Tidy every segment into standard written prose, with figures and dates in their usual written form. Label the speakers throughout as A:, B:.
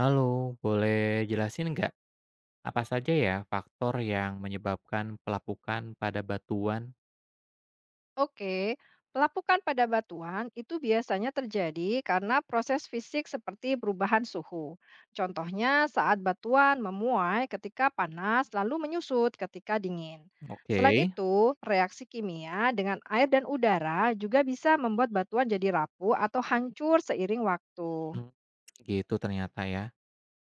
A: Halo, boleh jelasin nggak apa saja ya faktor yang menyebabkan pelapukan pada batuan?
B: Oke, pelapukan pada batuan itu biasanya terjadi karena proses fisik seperti perubahan suhu. Contohnya saat batuan memuai ketika panas lalu menyusut ketika dingin. Selain
A: Oke,
B: itu, reaksi kimia dengan air dan udara juga bisa membuat batuan jadi rapuh atau hancur seiring waktu.
A: hmm, gitu ternyata ya.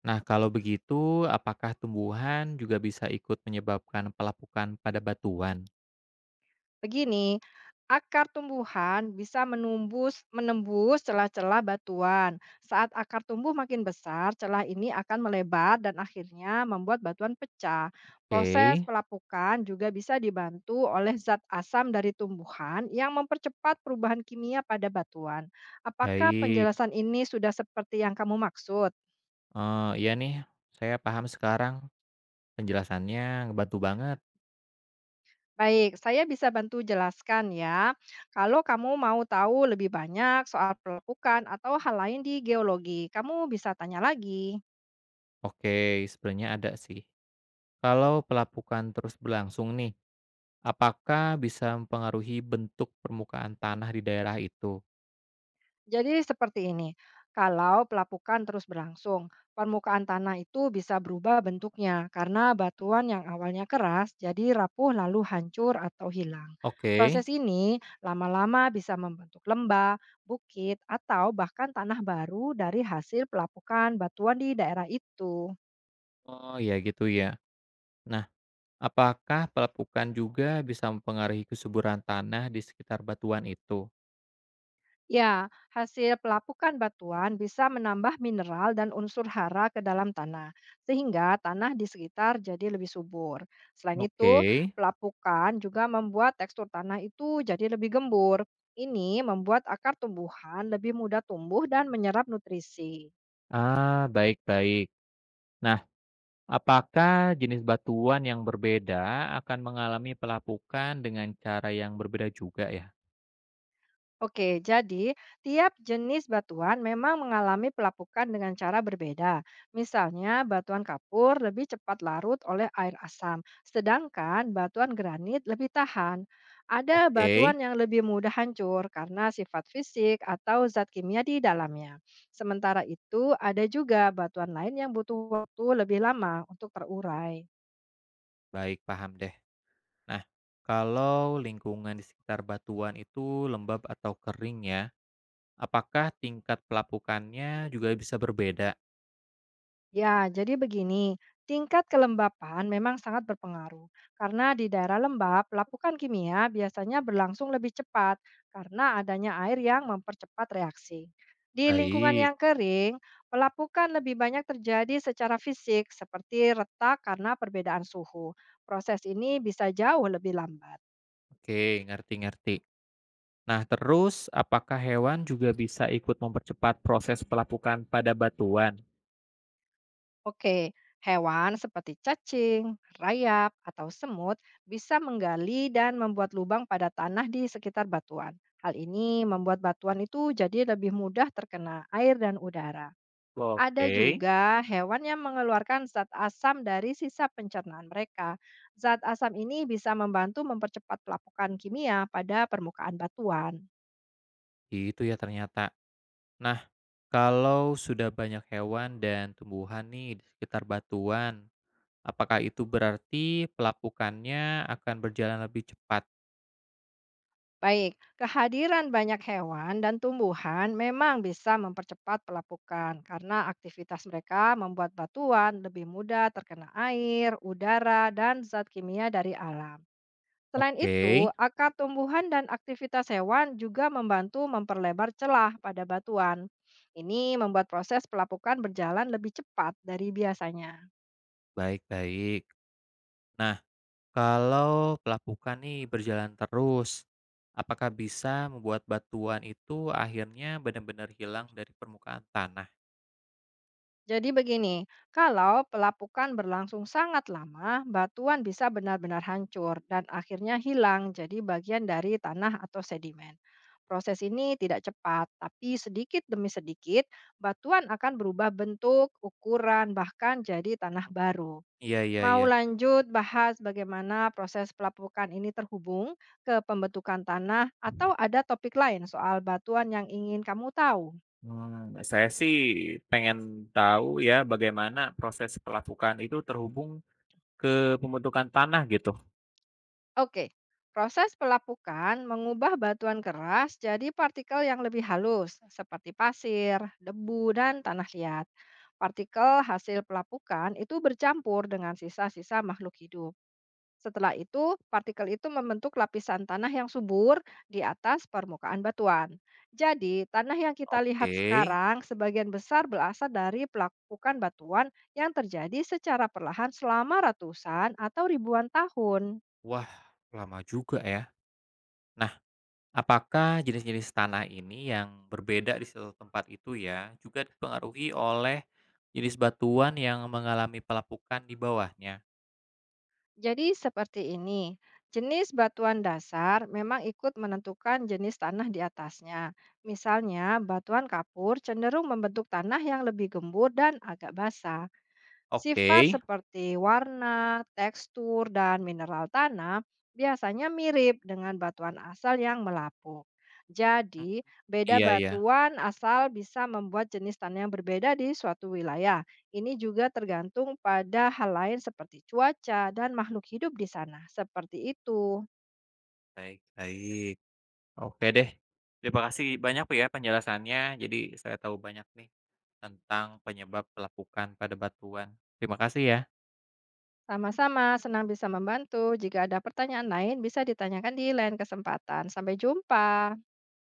A: Nah, kalau begitu, apakah tumbuhan juga bisa ikut menyebabkan pelapukan pada batuan?
B: Begini, akar tumbuhan bisa menembus celah-celah batuan. Saat akar tumbuh makin besar, celah ini akan melebar dan akhirnya membuat batuan pecah.
A: Oke,
B: Proses pelapukan juga bisa dibantu oleh zat asam dari tumbuhan yang mempercepat perubahan kimia pada batuan. Apakah
A: baik.
B: penjelasan ini sudah seperti yang kamu maksud?
A: Iya nih, saya paham sekarang. Penjelasannya ngebantu banget.
B: Baik, saya bisa bantu jelaskan ya. Kalau kamu mau tahu lebih banyak soal pelapukan atau hal lain di geologi, kamu bisa tanya lagi.
A: Oke, sebenarnya ada sih. Kalau pelapukan terus berlangsung nih, apakah bisa mempengaruhi bentuk permukaan tanah di daerah itu?
B: Jadi seperti ini, kalau pelapukan terus berlangsung, permukaan tanah itu bisa berubah bentuknya karena batuan yang awalnya keras jadi rapuh lalu hancur atau hilang.
A: Oke.
B: Proses ini lama-lama bisa membentuk lembah, bukit, atau bahkan tanah baru dari hasil pelapukan batuan di daerah itu.
A: Oh, ya gitu ya. Nah, apakah pelepukan juga bisa mempengaruhi kesuburan tanah di sekitar batuan itu?
B: Ya, hasil pelapukan batuan bisa menambah mineral dan unsur hara ke dalam tanah, sehingga tanah di sekitar jadi lebih subur. Selain itu,
A: Oke.
B: pelapukan juga membuat tekstur tanah itu jadi lebih gembur. Ini membuat akar tumbuhan lebih mudah tumbuh dan menyerap nutrisi.
A: Ah, baik-baik. Nah, apakah jenis batuan yang berbeda akan mengalami pelapukan dengan cara yang berbeda juga ya?
B: Oke, jadi tiap jenis batuan memang mengalami pelapukan dengan cara berbeda. Misalnya, batuan kapur lebih cepat larut oleh air asam, sedangkan batuan granit lebih tahan. Ada
A: Oke,
B: batuan yang lebih mudah hancur karena sifat fisik atau zat kimia di dalamnya. Sementara itu, ada juga batuan lain yang butuh waktu lebih lama untuk terurai.
A: baik paham deh. Nah, kalau lingkungan di sekitar batuan itu lembab atau kering ya, apakah tingkat pelapukannya juga bisa berbeda?
B: Ya, jadi begini, tingkat kelembapan memang sangat berpengaruh. Karena di daerah lembab, lapukan kimia biasanya berlangsung lebih cepat karena adanya air yang mempercepat reaksi. Di lingkungan
A: Baik,
B: yang kering, pelapukan lebih banyak terjadi secara fisik seperti retak karena perbedaan suhu. Proses ini bisa jauh lebih lambat.
A: oke, ngerti-ngerti. Nah, terus apakah hewan juga bisa ikut mempercepat proses pelapukan pada batuan?
B: Oke, hewan seperti cacing, rayap, atau semut bisa menggali dan membuat lubang pada tanah di sekitar batuan. Hal ini membuat batuan itu jadi lebih mudah terkena air dan udara. Ada
A: Oke,
B: juga hewan yang mengeluarkan zat asam dari sisa pencernaan mereka. Zat asam ini bisa membantu mempercepat pelapukan kimia pada permukaan batuan.
A: itu ya ternyata. Nah, kalau sudah banyak hewan dan tumbuhan nih di sekitar batuan, apakah itu berarti pelapukannya akan berjalan lebih cepat?
B: Baik, kehadiran banyak hewan dan tumbuhan memang bisa mempercepat pelapukan karena aktivitas mereka membuat batuan lebih mudah terkena air, udara, dan zat kimia dari alam. Selain
A: Oke,
B: itu, akar tumbuhan dan aktivitas hewan juga membantu memperlebar celah pada batuan. Ini membuat proses pelapukan berjalan lebih cepat dari biasanya.
A: baik-baik. Nah, kalau pelapukan nih berjalan terus, apakah bisa membuat batuan itu akhirnya benar-benar hilang dari permukaan tanah?
B: Jadi begini, kalau pelapukan berlangsung sangat lama, batuan bisa benar-benar hancur dan akhirnya hilang jadi bagian dari tanah atau sedimen. Proses ini tidak cepat, tapi sedikit demi sedikit batuan akan berubah bentuk, ukuran, bahkan jadi tanah baru.
A: Iya iya
B: Mau
A: iya.
B: lanjut bahas bagaimana proses pelapukan ini terhubung ke pembentukan tanah atau ada topik lain soal batuan yang ingin kamu tahu?
A: Saya sih pengen tahu ya bagaimana proses pelapukan itu terhubung ke pembentukan tanah gitu.
B: Oke, proses pelapukan mengubah batuan keras jadi partikel yang lebih halus, seperti pasir, debu, dan tanah liat. Partikel hasil pelapukan itu bercampur dengan sisa-sisa makhluk hidup. Setelah itu, partikel itu membentuk lapisan tanah yang subur di atas permukaan batuan. Jadi, tanah yang kita lihat
A: Oke,
B: sekarang sebagian besar berasal dari pelapukan batuan yang terjadi secara perlahan selama ratusan atau ribuan tahun.
A: wah lama juga ya. Nah, apakah jenis-jenis tanah ini yang berbeda di satu tempat itu ya, juga dipengaruhi oleh jenis batuan yang mengalami pelapukan di bawahnya?
B: Jadi seperti ini, jenis batuan dasar memang ikut menentukan jenis tanah di atasnya. Misalnya, batuan kapur cenderung membentuk tanah yang lebih gembur dan agak basah. Sifat
A: Oke.
B: seperti warna, tekstur, dan mineral tanah biasanya mirip dengan batuan asal yang melapuk.
A: Mmm,
B: Jadi, beda
A: iya iya.
B: batuan asal bisa membuat jenis tanah yang berbeda di suatu wilayah. Ini juga tergantung pada hal lain seperti cuaca dan makhluk hidup di sana. Seperti itu.
A: Baik baik. Oke deh. Terima kasih banyak ya penjelasannya. Jadi saya tahu banyak nih tentang penyebab pelapukan pada batuan. Terima kasih ya.
B: Sama-sama, senang bisa membantu. Jika ada pertanyaan lain, bisa ditanyakan di lain kesempatan. Sampai jumpa.